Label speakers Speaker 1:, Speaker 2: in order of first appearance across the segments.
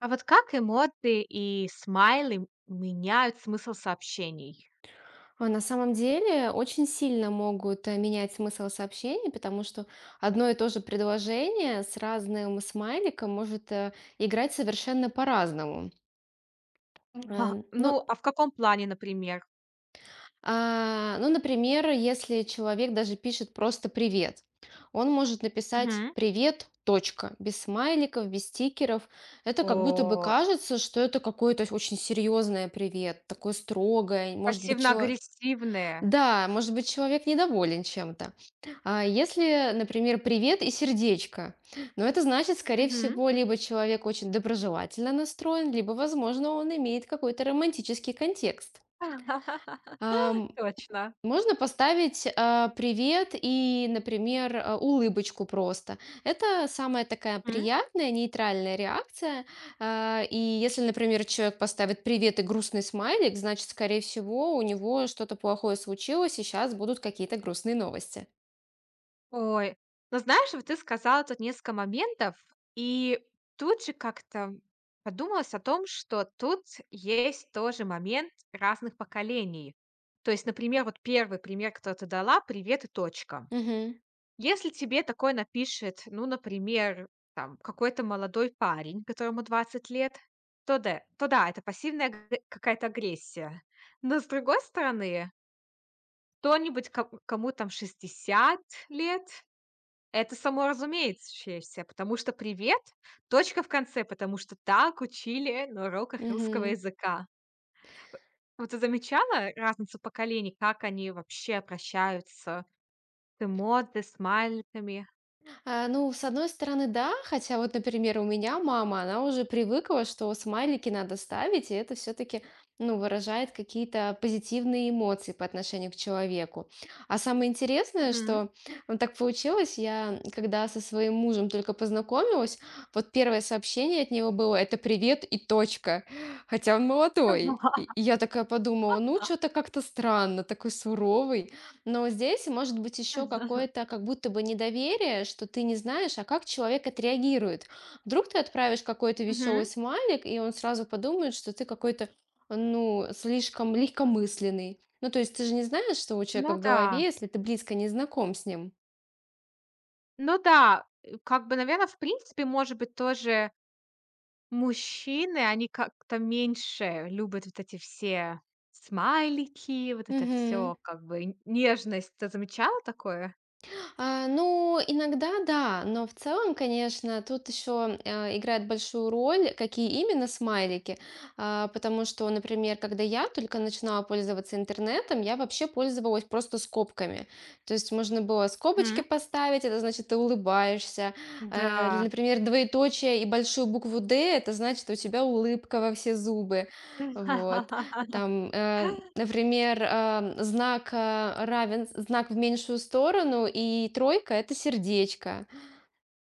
Speaker 1: А вот как эмоции и смайлы меняют смысл сообщений?
Speaker 2: На самом деле очень сильно могут менять смысл сообщений, потому что одно и то же предложение с разным смайликом может играть совершенно по-разному.
Speaker 1: Мгм. А,
Speaker 2: Э, Ну,
Speaker 1: ну, а в каком плане, например?
Speaker 2: ну например, если человек даже пишет просто «привет», он может написать
Speaker 1: Мгм.
Speaker 2: «привет», точка, без смайликов, без стикеров. Это как будто бы
Speaker 1: О,
Speaker 2: кажется, что это какое-то очень серьезное «привет», такое строгое. Может быть,
Speaker 1: пассивно-агрессивные.
Speaker 2: да, может быть, человек недоволен чем-то. А если, например, привет и сердечко, но это значит, скорее
Speaker 1: Мгм.
Speaker 2: всего, либо человек очень доброжелательно настроен, либо, возможно, он имеет какой-то романтический контекст.
Speaker 1: Точно.
Speaker 2: Можно поставить, привет и, например, улыбочку просто. Это самая такая приятная, нейтральная реакция. И если, например, человек поставит привет и грустный смайлик, значит, скорее всего, у него что-то плохое случилось, и сейчас будут какие-то грустные новости.
Speaker 1: Ой, ну знаешь, вот ты сказала тут несколько моментов, и тут же как-то подумалось о том, что тут есть тоже момент разных поколений. То есть, например, вот первый пример, который ты дала, привет и точка.
Speaker 2: Мгм.
Speaker 1: Если тебе такое напишет, ну, например, там какой-то молодой парень, которому 20 лет, то да, это пассивная какая-то агрессия. Но с другой стороны, кто-нибудь, кому там 60 лет, это само разумеющееся, потому что «привет» точка в конце, потому что так учили на уроках русского
Speaker 2: Мгм.
Speaker 1: языка. Вот ты замечала разницу поколений, как они вообще прощаются с эмодзи, смайликами?
Speaker 2: А, ну, с одной стороны, да, хотя вот, например, у меня мама, она уже привыкла, что смайлики надо ставить, и это все-таки, ну, выражает какие-то позитивные эмоции по отношению к человеку. А самое интересное,
Speaker 1: Мгм.
Speaker 2: что ну, так получилось, я когда со своим мужем только познакомилась, вот первое сообщение от него было «это привет и точка», хотя он молодой. И
Speaker 1: Ага.
Speaker 2: и я такая подумала, ну, что-то как-то странно, такой суровый. Но здесь может быть еще какое-то как будто бы недоверие, что ты не знаешь, а как человек отреагирует. Вдруг ты отправишь какой-то веселый
Speaker 1: Мгм.
Speaker 2: смайлик, и он сразу подумает, что ты какой-то, ну, слишком легкомысленный. Ну, то есть ты же не знаешь, что у человека
Speaker 1: Ну
Speaker 2: в
Speaker 1: да.
Speaker 2: голове, если ты близко не знаком с ним.
Speaker 1: Ну да, как бы, наверное, в принципе, может быть, тоже мужчины, они как-то меньше любят вот эти все смайлики, вот это
Speaker 2: Мгм.
Speaker 1: все как бы н нежность. Ты замечала такое?
Speaker 2: А, ну, иногда да, но в целом, конечно, тут еще играет большую роль, какие именно смайлики. А, потому что, например, когда я только начинала пользоваться интернетом, я вообще пользовалась просто скобками. То есть можно было скобочки
Speaker 1: Мгм.
Speaker 2: поставить, это значит, ты улыбаешься. Э, или,
Speaker 1: Да.
Speaker 2: например, двоеточие и большую букву «Д», это значит, у тебя улыбка во все зубы. Вот. Там, например, знак, равен знак в меньшую сторону, и тройка — это сердечко.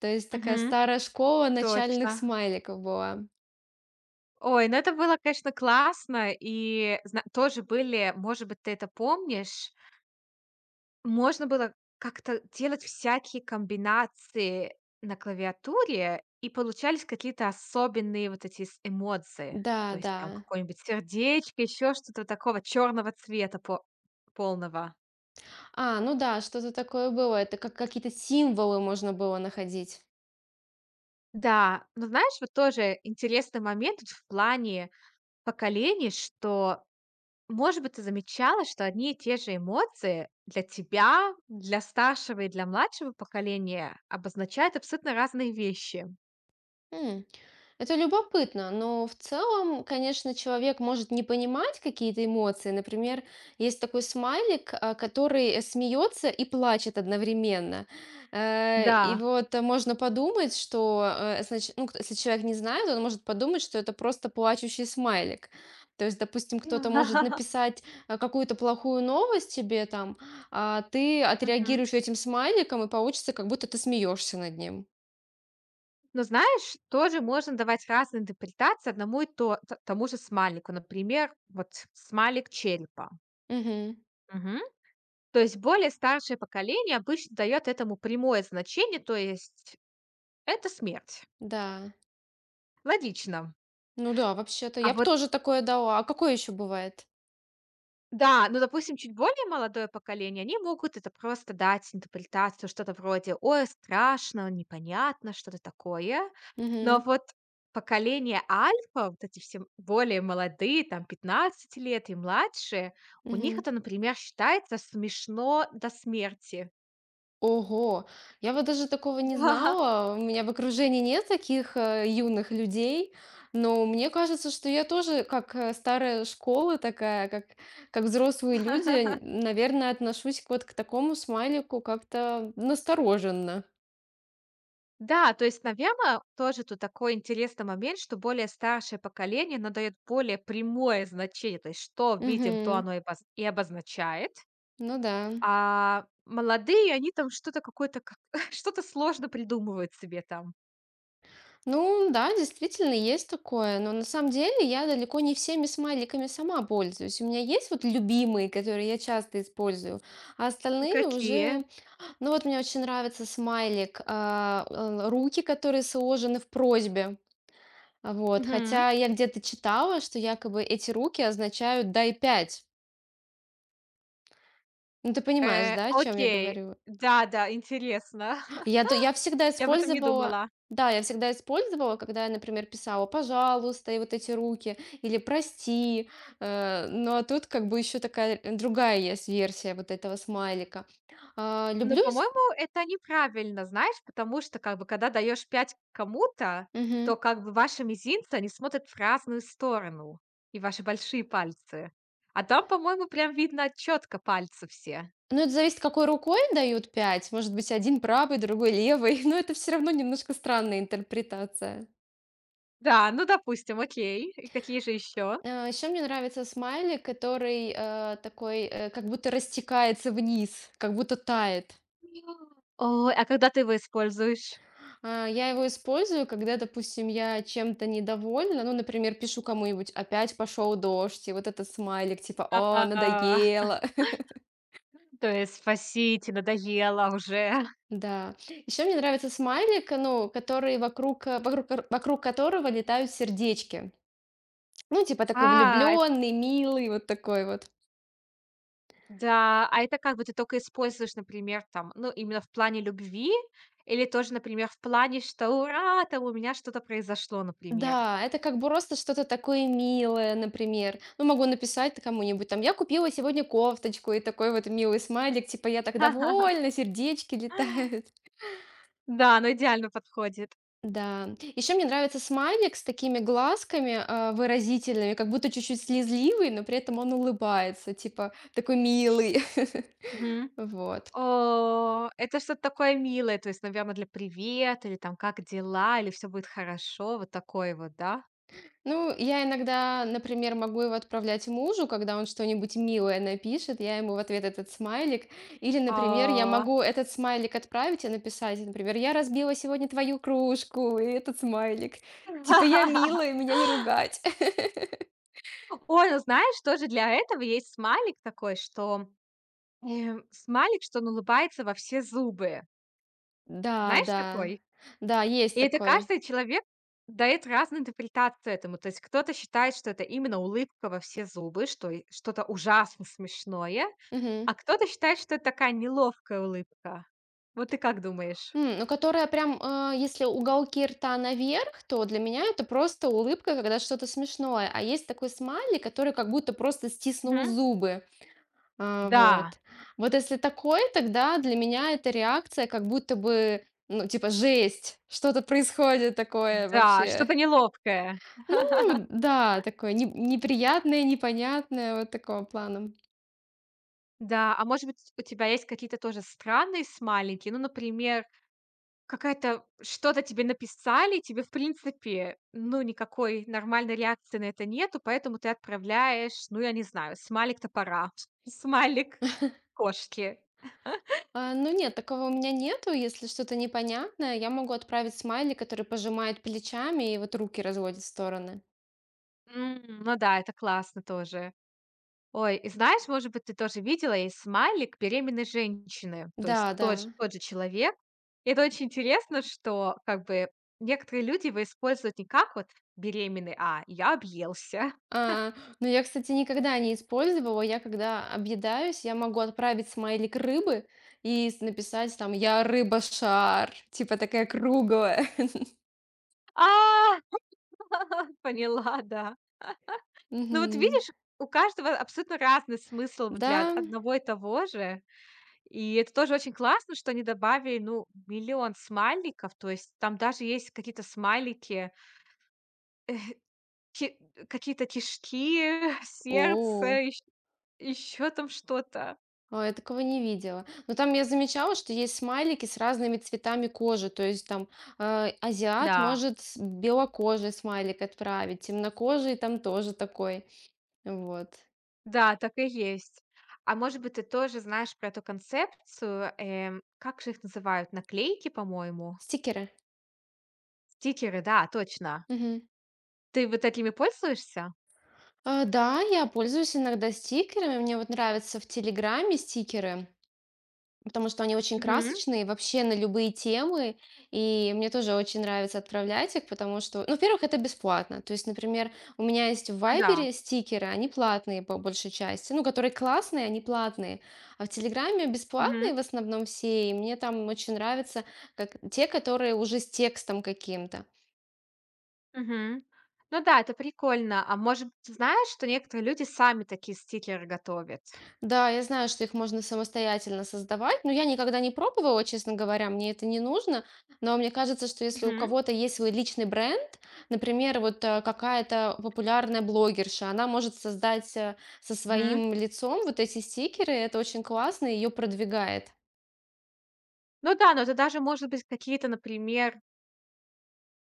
Speaker 2: То есть такая
Speaker 1: Мгм.
Speaker 2: старая школа начальных
Speaker 1: Точно.
Speaker 2: смайликов была.
Speaker 1: Ой, ну это было, конечно, классно. И зна тоже были, может быть, ты это помнишь, можно было как-то делать всякие комбинации на клавиатуре, и получались какие-то особенные вот эти с эмоции.
Speaker 2: Да,
Speaker 1: То есть там
Speaker 2: да.
Speaker 1: какое-нибудь сердечко, еще что-то такого черного цвета по полного.
Speaker 2: А, ну да, что-то такое было. Это как какие-то символы можно было находить.
Speaker 1: Да, но знаешь, вот тоже интересный момент в плане поколений, что, может быть, ты замечала, что одни и те же эмоции для тебя, для старшего и для младшего поколения обозначают абсолютно разные вещи.
Speaker 2: М, Это любопытно, но в целом, конечно, человек может не понимать какие-то эмоции. Например, есть такой смайлик, который смеется и плачет одновременно. Э, И
Speaker 1: Да.
Speaker 2: вот э, можно подумать, что, значит, ну, если человек не знает, он может подумать, что это просто плачущий смайлик. То есть, допустим, кто-то может написать какую-то плохую новость тебе там, а ты
Speaker 1: Мгм.
Speaker 2: отреагируешь этим смайликом, и получится, как будто ты смеешься над ним.
Speaker 1: Но знаешь, тоже можно давать разные интерпретации одному и тому же смайлику. Например, вот смайлик черепа.
Speaker 2: Мгм.
Speaker 1: Мгм. То есть более старшее поколение обычно дает этому прямое значение, то есть это смерть.
Speaker 2: Да.
Speaker 1: Логично.
Speaker 2: Ну да, вообще-то
Speaker 1: А
Speaker 2: я бы
Speaker 1: вот
Speaker 2: тоже такое дала. А какое еще бывает?
Speaker 1: да, ну, допустим, чуть более молодое поколение, они могут это просто дать интерпретацию, что-то вроде: «Ой, страшно, непонятно», что-то такое. Но
Speaker 2: Мгм.
Speaker 1: вот поколение альфа, вот эти все более молодые, там 15 лет и младше, у них
Speaker 2: Мгм.
Speaker 1: это, например, считается смешно до смерти.
Speaker 2: Ого! Я вот даже такого не
Speaker 1: Да.
Speaker 2: знала. У меня в окружении нет таких, юных людей. Но мне кажется, что я тоже как, старая школа такая, как взрослые люди, наверное, отношусь к вот к такому смайлику как-то настороженно.
Speaker 1: Да, то есть, наверное, тоже тут такой интересный момент, что более старшее поколение надает более прямое значение, то есть что видим, то
Speaker 2: Мгм.
Speaker 1: оно и обозначает.
Speaker 2: Ну да.
Speaker 1: А молодые, они там что-то какое-то как что-то сложно придумывают себе там.
Speaker 2: Ну да, действительно, есть такое. Но на самом деле я далеко не всеми смайликами сама пользуюсь. У меня есть вот любимые, которые я часто использую, а остальные
Speaker 1: Какие?
Speaker 2: уже... Ну вот мне очень нравится смайлик, руки, которые сложены в просьбе. Вот.
Speaker 1: Мгм.
Speaker 2: Хотя я где-то читала, что якобы эти руки означают «дай пять». Ну ты понимаешь, да, о чем я
Speaker 1: Окей.
Speaker 2: говорю?
Speaker 1: Да-да, интересно.
Speaker 2: Я всегда
Speaker 1: Я об этом не
Speaker 2: использовала,
Speaker 1: думала.
Speaker 2: да, я всегда использовала, когда я, например, писала «пожалуйста» и вот эти руки, или «прости». Ну, а тут как бы еще такая, другая есть версия вот этого смайлика. А,
Speaker 1: Но,
Speaker 2: люблю исп
Speaker 1: по-моему, это неправильно, знаешь, потому что, как бы, когда даешь 5 кому-то,
Speaker 2: Мгм.
Speaker 1: то, как бы, ваши мизинцы, они смотрят в разную сторону, и ваши большие пальцы. А там, по-моему, прям видно четко пальцы все.
Speaker 2: Ну, это зависит, какой рукой дают пять. Может быть, один правый, другой левый, но это все равно немножко странная интерпретация.
Speaker 1: Да, ну, допустим, окей. И какие же еще?
Speaker 2: Еще мне нравится смайлик, который, такой, как будто растекается вниз, как будто тает.
Speaker 1: Ой, а когда ты его используешь?
Speaker 2: Я его использую, когда, допустим, я чем-то недовольна. Ну, например, пишу кому-нибудь: «Опять пошел дождь», и вот этот смайлик типа: «О,
Speaker 1: А,
Speaker 2: надоело».
Speaker 1: то есть спасите, надоело уже.
Speaker 2: Да. Еще мне нравится смайлик, ну, который вокруг, э, вокруг кор вокруг которого летают сердечки. Ну, типа такой
Speaker 1: А, эт
Speaker 2: влюбленный, милый, вот такой вот.
Speaker 1: да, а это как бы ты только используешь, например, там, ну, именно в плане любви или тоже, например, в плане, что «ура, там у меня что-то произошло», например?
Speaker 2: Да, это как бы просто что-то такое милое, например. Ну, могу написать кому-нибудь там: «Я купила сегодня кофточку», и такой вот милый смайлик, типа: «Я так довольна, сердечки летают».
Speaker 1: Да, оно идеально подходит.
Speaker 2: Да. Еще мне нравится смайлик с такими глазками, выразительными, как будто чуть-чуть слезливый, но при этом он улыбается, типа такой милый.
Speaker 1: Мгм.
Speaker 2: Вот.
Speaker 1: О, это что-то такое милое, то есть, наверное, для «привет», или там «как дела?», или все будет хорошо», вот такое вот, да?
Speaker 2: Ну, я иногда, например, могу его отправлять мужу, когда он что-нибудь милое напишет, я ему в ответ этот смайлик. Или, например, я
Speaker 1: А.
Speaker 2: могу этот смайлик отправить и написать, например, «Я разбила сегодня твою кружку», и этот смайлик. Типа «Я милая, меня не ругать».
Speaker 1: Ой, ну знаешь, тоже для этого есть смайлик такой, что, смайлик, что он улыбается во все зубы.
Speaker 2: Да,
Speaker 1: Знаешь
Speaker 2: да.
Speaker 1: такой?
Speaker 2: Да, есть
Speaker 1: И это
Speaker 2: такой.
Speaker 1: каждый человек дает разную интерпретацию этому. То есть кто-то считает, что это именно улыбка во все зубы, что и что-то ужасно смешное,
Speaker 2: Мгм.
Speaker 1: а кто-то считает, что это такая неловкая улыбка. Вот ты как думаешь?
Speaker 2: Ну, которая прям, если уголки рта наверх, то для меня это просто улыбка, когда что-то смешное. А есть такой смайлик, который как будто просто стиснул
Speaker 1: Мгм.
Speaker 2: зубы.
Speaker 1: Да,
Speaker 2: Вот. Вот если такой, тогда для меня это реакция как будто бы, ну, типа, жесть, что-то происходит такое
Speaker 1: да,
Speaker 2: вообще.
Speaker 1: что-то неловкое.
Speaker 2: Ну да, такое неприятное, непонятное, вот такого плана.
Speaker 1: Да, а может быть, у тебя есть какие-то тоже странные смайлики? Ну, например, какая-то что-то тебе написали, тебе, в принципе, ну, никакой нормальной реакции на это нету, поэтому ты отправляешь, ну, я не знаю, смайлик топора, смайлик кошки.
Speaker 2: Ну нет, такого у меня нету. Если что-то непонятное, я могу отправить смайли, который пожимает плечами и вот руки разводит в стороны.
Speaker 1: М, ну да, это классно тоже. Ой, и знаешь, может быть, ты тоже видела, есть смайлик беременной женщины, то есть
Speaker 2: Да, да.
Speaker 1: тот же человек. И это очень интересно, что, как бы, некоторые люди его используют не как вот беременный, а я объелся.
Speaker 2: А, но я, кстати, никогда не использовала. Я когда объедаюсь, я могу отправить смайлик рыбы и написать там «Я рыба-шар», типа такая круглая.
Speaker 1: А, поняла, да. Ну вот
Speaker 2: Мгм.
Speaker 1: видишь, у каждого абсолютно разный смысл в для
Speaker 2: Да.
Speaker 1: одного и того же. И это тоже очень классно, что они добавили, ну, миллион смайликов. То есть там даже есть какие-то смайлики, ки какие-то кишки,
Speaker 2: О.
Speaker 1: сердце, еще там что-то.
Speaker 2: Я такого не видела. Но там я замечала, что есть смайлики с разными цветами кожи. То есть там азиат
Speaker 1: Да,
Speaker 2: может белокожий смайлик отправить, темнокожий там тоже такой. Вот.
Speaker 1: да, так и есть. А может быть, ты тоже знаешь про эту концепцию, как же их называют, наклейки, по-моему?
Speaker 2: Стикеры.
Speaker 1: Стикеры, да, точно.
Speaker 2: Мгм.
Speaker 1: Ты вот этими пользуешься?
Speaker 2: Да, я пользуюсь иногда стикерами. Мне вот нравятся в Телеграме стикеры. Потому что они очень
Speaker 1: Мгм.
Speaker 2: красочные вообще на любые темы. И мне тоже очень нравится отправлять их, потому что, ну, во-первых, это бесплатно. То есть, например, у меня есть в
Speaker 1: Ну да.
Speaker 2: Вайбере стикеры, они платные по большей части. Ну, которые классные, они платные. А в Телеграме бесплатные в основном все. И мне там очень нравятся как те, которые уже с текстом каким-то.
Speaker 1: Мгм. Ну да, это прикольно. А может быть, ты знаешь, что некоторые люди сами такие стикеры готовят?
Speaker 2: Да, я знаю, что их можно самостоятельно создавать, но я никогда не пробовала, честно говоря, мне это не нужно. Но мне кажется, что если у
Speaker 1: Мгм,
Speaker 2: кого-то есть свой личный бренд, например, вот какая-то популярная блогерша, она может создать со
Speaker 1: мгм.
Speaker 2: своим лицом вот эти стикеры, это очень классно, ее продвигает.
Speaker 1: Ну да, но это даже может быть какие-то, например,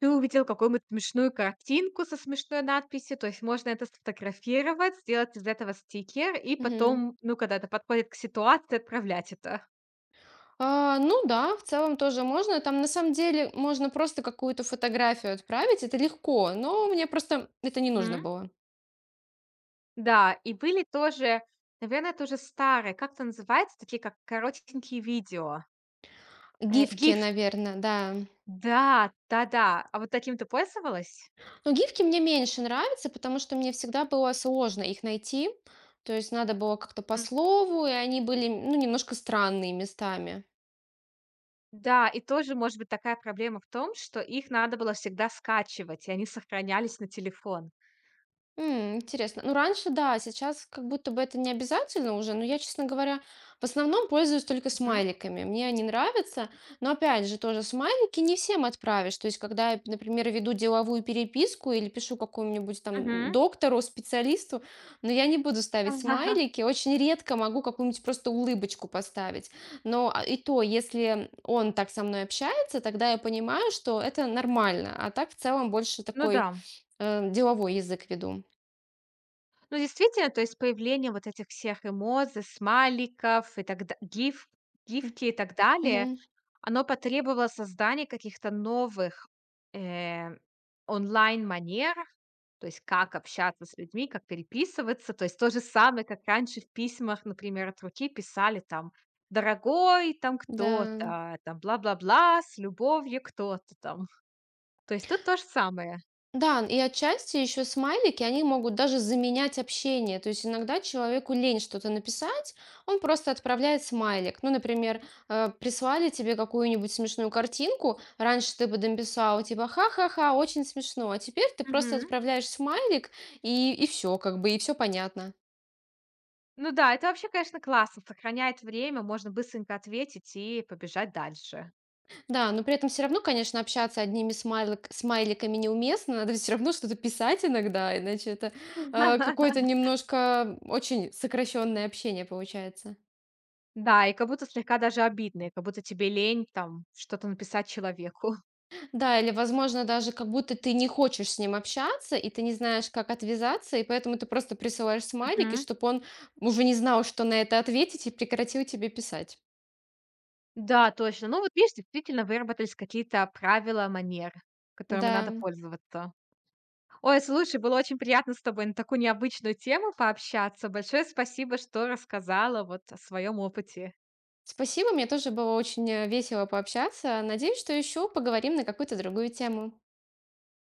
Speaker 1: ты увидел какую-нибудь смешную картинку со смешной надписью, то есть можно это сфотографировать, сделать из этого стикер и
Speaker 2: Мгм.
Speaker 1: потом, ну, когда это подходит к ситуации, отправлять это.
Speaker 2: А, ну да, в целом тоже можно. Там на самом деле можно просто какую-то фотографию отправить, это легко, но мне просто это не нужно
Speaker 1: Мгм.
Speaker 2: было.
Speaker 1: Да, и были тоже, наверное, тоже старые, как это называется, такие как коротенькие видео,
Speaker 2: Гифки,
Speaker 1: GIF.
Speaker 2: наверное, да.
Speaker 1: Да, да-да. А вот таким ты пользовалась?
Speaker 2: Но гифки мне меньше нравятся, потому что мне всегда было сложно их найти. То есть надо было как-то по
Speaker 1: Мгм.
Speaker 2: слову, и они были, ну, немножко странные местами.
Speaker 1: Да, и тоже, может быть, такая проблема в том, что их надо было всегда скачивать, и они сохранялись на телефон.
Speaker 2: Интересно. Ну, раньше, да, сейчас как будто бы это не обязательно уже, но я, честно говоря, в основном пользуюсь только
Speaker 1: Мгм.
Speaker 2: смайликами. Мне они нравятся, но опять же, тоже смайлики не всем отправишь. То есть, когда я, например, веду деловую переписку или пишу какому-нибудь там
Speaker 1: Мгм.
Speaker 2: доктору, специалисту, но я не буду ставить смайлики, очень редко могу какую-нибудь просто улыбочку поставить. И то, если он так со мной общается, тогда я понимаю, что это нормально, а так в целом больше
Speaker 1: Ну
Speaker 2: такой
Speaker 1: да.
Speaker 2: деловой язык веду.
Speaker 1: Ну, действительно, то есть появление вот этих всех эмодзи, смайликов и так да гиф
Speaker 2: М,
Speaker 1: гифки и так далее
Speaker 2: мгм.
Speaker 1: оно потребовало создания каких-то новых, э, онлайн-манер, то есть как общаться с людьми, как переписываться. То есть то же самое, как раньше в письмах, например, от руки писали там: «Дорогой там
Speaker 2: Да.
Speaker 1: кто-то», там «Бла-бла-бла, с любовью кто-то там». То есть тут то же самое.
Speaker 2: Да, и отчасти еще смайлики, они могут даже заменять общение. То есть иногда человеку лень что-то написать, он просто отправляет смайлик. Ну, например, прислали тебе какую-нибудь смешную картинку, раньше ты бы написал типа ха-ха-ха, очень смешно, а теперь ты просто
Speaker 1: Мгм.
Speaker 2: отправляешь смайлик и все, как бы, и все понятно.
Speaker 1: Ну да, это вообще, конечно, классно, сохраняет время, можно быстренько ответить и побежать дальше.
Speaker 2: Да, но при этом все равно, конечно, общаться одними смайликами неуместно. Надо все равно что-то писать иногда, иначе это, какое-то немножко очень сокращенное общение получается.
Speaker 1: Да, и как будто слегка даже обидно, и как будто тебе лень там что-то написать человеку.
Speaker 2: Да, или, возможно, даже как будто ты не хочешь с ним общаться, и ты не знаешь, как отвязаться, и поэтому ты просто присылаешь смайлики,
Speaker 1: Мгм.
Speaker 2: чтобы он уже не знал, что на это ответить, и прекратил тебе писать.
Speaker 1: Да, точно. Ну вот видишь, действительно выработались какие-то правила, манеры,
Speaker 2: Да.
Speaker 1: которыми надо пользоваться. Ой, слушай, было очень приятно с тобой на такую необычную тему пообщаться. Большое спасибо, что рассказала вот о своем опыте.
Speaker 2: Спасибо, мне тоже было очень, весело пообщаться. Надеюсь, что еще поговорим на какую-то другую тему.